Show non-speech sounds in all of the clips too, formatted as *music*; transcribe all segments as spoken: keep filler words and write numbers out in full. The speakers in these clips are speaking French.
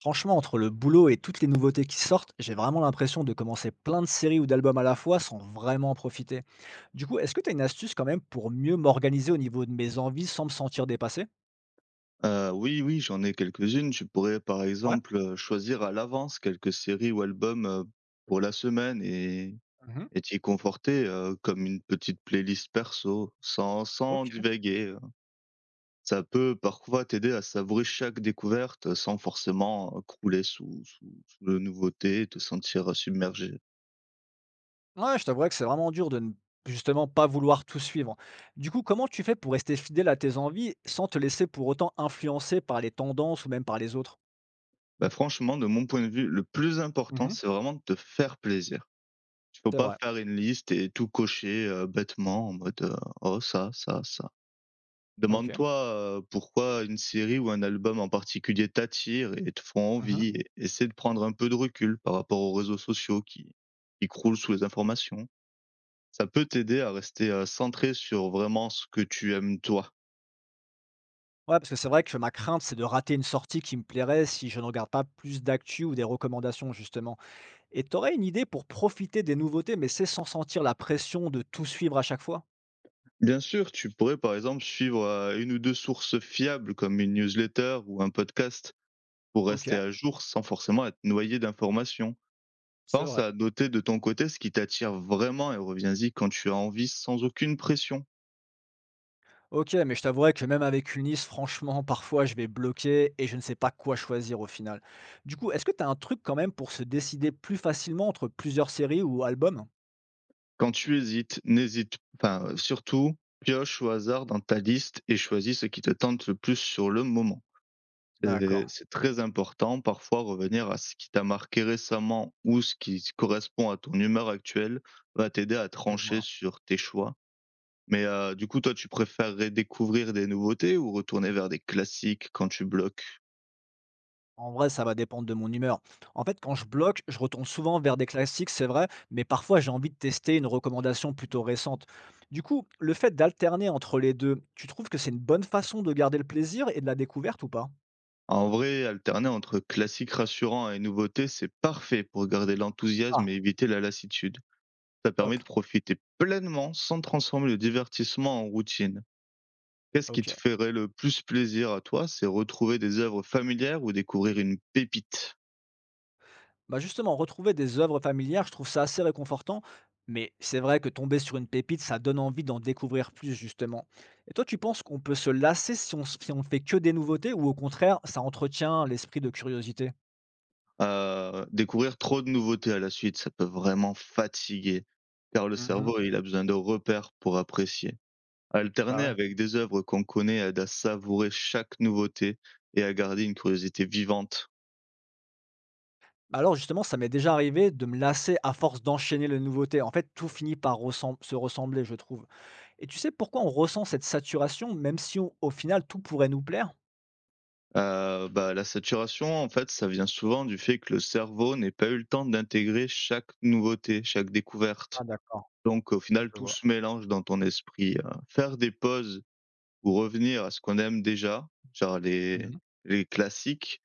Franchement, entre le boulot et toutes les nouveautés qui sortent, j'ai vraiment l'impression de commencer plein de séries ou d'albums à la fois sans vraiment en profiter. Du coup, est-ce que tu as une astuce quand même pour mieux m'organiser au niveau de mes envies sans me sentir dépassé? Heu, oui, oui, j'en ai quelques-unes. Tu pourrais, par Ouais. exemple, heu, choisir à l'avance quelques séries ou albums, heu, pour la semaine et Mhm. et t'y conforter, heu, comme une petite playlist perso, sans sans Ok. divaguer, Ça peut parfois t'aider à savourer chaque découverte, heu, sans forcément, heu, crouler sous sous sous la nouveauté et te sentir, heu, submergé. Ouais, je t'avouerais que c'est vraiment dur de ne justement pas vouloir tout suivre. Du coup, comment tu fais pour rester fidèle à tes envies sans te laisser pour autant influencer par les tendances ou même par les autres? Bah, franchement, de mon point de vue, le plus important, Mhm. c'est vraiment de te faire plaisir. Il faut C'est pas vrai. faire une liste et tout cocher, heu, bêtement en mode, heu: «Oh ça, ça, ça». Ok. Demande-toi, heu, pourquoi une série ou un album en particulier t'attire et te font envie Mhm. et essaie de prendre un peu de recul par rapport aux réseaux sociaux qui qui croulent sous les informations. Ça peut t'aider à rester, heu, centré sur vraiment ce que tu aimes toi. Ouais, parce que c'est vrai que ma crainte, c'est de rater une sortie qui me plairait si je ne regarde pas plus d'actu ou des recommandations, justement. Et t'aurais une idée pour profiter des nouveautés, mais c'est sans sentir la pression de tout suivre à chaque fois? Bien sûr, tu pourrais par exemple suivre, heu, une ou deux sources fiables comme une newsletter ou un podcast pour Ok, rester à jour sans forcément être noyé d'informations. c'est Pense vrai. à noter de ton côté ce qui t'attire vraiment et reviens-y quand tu as envie sans aucune pression. Ok, mais je t'avouerais que même avec une liste, franchement, *laughs* parfois je vais bloquer et je ne sais pas quoi choisir au final. Du coup, est-ce que tu as un truc quand même pour se décider plus facilement entre plusieurs séries ou albums? Quand tu hésites, n'hésite enfin, heu, surtout, pioche au hasard dans ta liste et choisis ce qui te tente le plus sur le moment. C'est D'accord, c'est très important parfois revenir à ce qui t'a marqué récemment ou ce qui correspond à ton humeur actuelle va t'aider à je trancher vois. sur tes choix. Mais, heu, du coup toi tu préférerais découvrir des nouveautés ou retourner vers des classiques quand tu bloques? En vrai, ça va dépendre de mon humeur. En fait, quand je bloque, je retourne souvent vers des classiques, c'est vrai, mais parfois j'ai envie de tester une recommandation plutôt récente. Du coup, le fait d'alterner entre les deux, tu trouves que c'est une bonne façon de garder le plaisir et de la découverte ou pas? En vrai, alterner entre classiques rassurants et nouveautés, c'est parfait pour garder Ah, l'enthousiasme et éviter la lassitude. Ça hop, permet de profiter pleinement sans transformer le divertissement en routine. Qu'est-ce qui te ok. ferait le plus plaisir à toi? C'est retrouver des œuvres familières ou découvrir une pépite? Bah justement, retrouver des œuvres familières, je trouve ça assez réconfortant, mais c'est vrai que tomber sur une pépite, ça donne envie d'en découvrir plus, justement. Et toi, tu penses qu'on peut se lasser si on, s- si on ne fait que des nouveautés ou au contraire, ça entretient l'esprit de curiosité? Heu, découvrir trop de nouveautés à la suite, ça peut vraiment fatiguer, car le Mhm. cerveau, il a besoin de repères pour apprécier. Bah Alterner ouais. avec des œuvres qu'on connaît aide à savourer chaque nouveauté et à garder une curiosité vivante. Bah alors justement, ça m'est déjà arrivé de me lasser à force d'enchaîner les nouveautés. En fait, tout finit par ressem- se ressembler, je trouve. Et tu sais pourquoi on ressent cette saturation, même si on- au final tout pourrait nous plaire? Heu, bah, la saturation, en fait, ça vient souvent du fait que le cerveau n'ait pas eu le temps d'intégrer chaque nouveauté, chaque Ah découverte. d'accord, Donc au final, je tout vois. se mélange dans ton esprit, heu. Faire des pauses ou revenir à ce qu'on aime déjà, genre les Mhm. les classiques,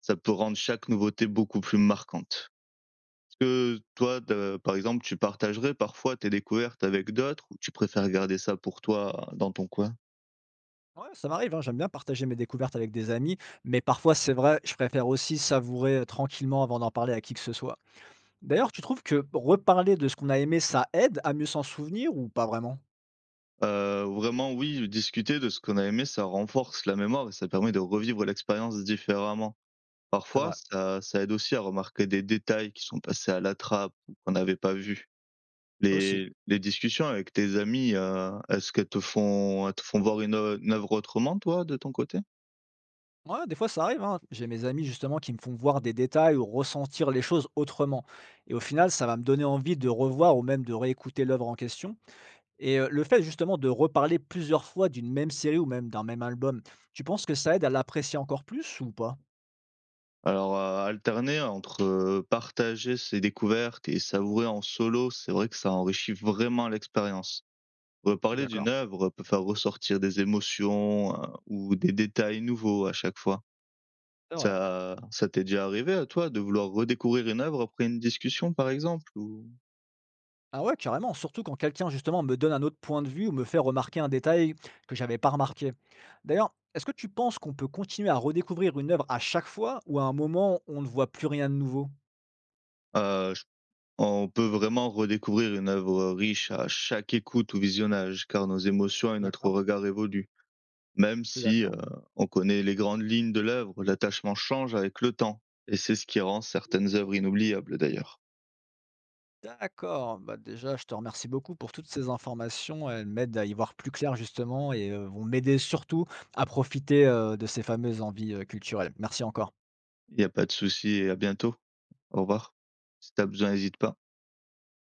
ça peut rendre chaque nouveauté beaucoup plus marquante. Est-ce que toi, de par exemple, tu partagerais parfois tes découvertes avec d'autres ou tu préfères garder ça pour toi, euh, dans ton coin? Ouais, ça m'arrive, hein, j'aime bien partager mes découvertes avec des amis, mais parfois c'est vrai, je préfère aussi savourer euh, tranquillement avant d'en parler à qui que ce soit. D'ailleurs, tu trouves que reparler de ce qu'on a aimé, ça aide à mieux s'en souvenir ou pas vraiment? Heu, vraiment oui, discuter de ce qu'on a aimé, ça renforce la mémoire et ça permet de revivre l'expérience différemment. C'est Parfois, vrai, ça ça aide aussi à remarquer des détails qui sont passés à la trappe ou qu'on n'avait pas vus. aussi. Les les discussions avec tes amis, heu, est-ce qu'elles te font elles te font voir une, heu, une œuvre autrement toi, de ton côté? Ouais, des fois ça arrive, hein. J'ai mes amis justement qui me font voir des détails ou ressentir les choses autrement. Et au final, ça va me donner envie de revoir ou même de réécouter l'œuvre en question. Et euh, le fait justement de reparler plusieurs fois d'une même série ou même d'un même album, tu penses que ça aide à l'apprécier encore plus ou pas? Alors, heu, alterner entre, heu, partager ses découvertes et savourer en solo, c'est vrai que ça enrichit vraiment l'expérience. Je suis Reparler d'accord. d'une œuvre peut faire ressortir des émotions, heu, ou des détails nouveaux à chaque fois. C'est vrai. Ça ça t'est déjà arrivé à toi de vouloir redécouvrir une œuvre après une discussion par exemple? Ou, Ah ouais, carrément, surtout quand quelqu'un justement me donne un autre point de vue ou me fait remarquer un détail que j'avais pas remarqué. D'ailleurs, est-ce que tu penses qu'on peut continuer à redécouvrir une œuvre à chaque fois ou à un moment on ne voit plus rien de nouveau? heu, j on peut vraiment redécouvrir une œuvre riche à chaque écoute ou visionnage, car nos émotions et notre D'accord, regard évoluent. Même je suis si, heu, d'accord. on connaît les grandes lignes de l'œuvre, l'attachement change avec le temps et c'est ce qui rend certaines œuvres inoubliables d'ailleurs. D'accord, bah, déjà, je te remercie beaucoup pour toutes ces informations. Elles m'aident à y voir plus clair justement et euh, vont m'aider surtout à profiter euh, de ces fameuses envies euh, culturelles. Merci encore. Il n'y a pas de souci et à bientôt. Au revoir. Si tu as besoin, n'hésite pas.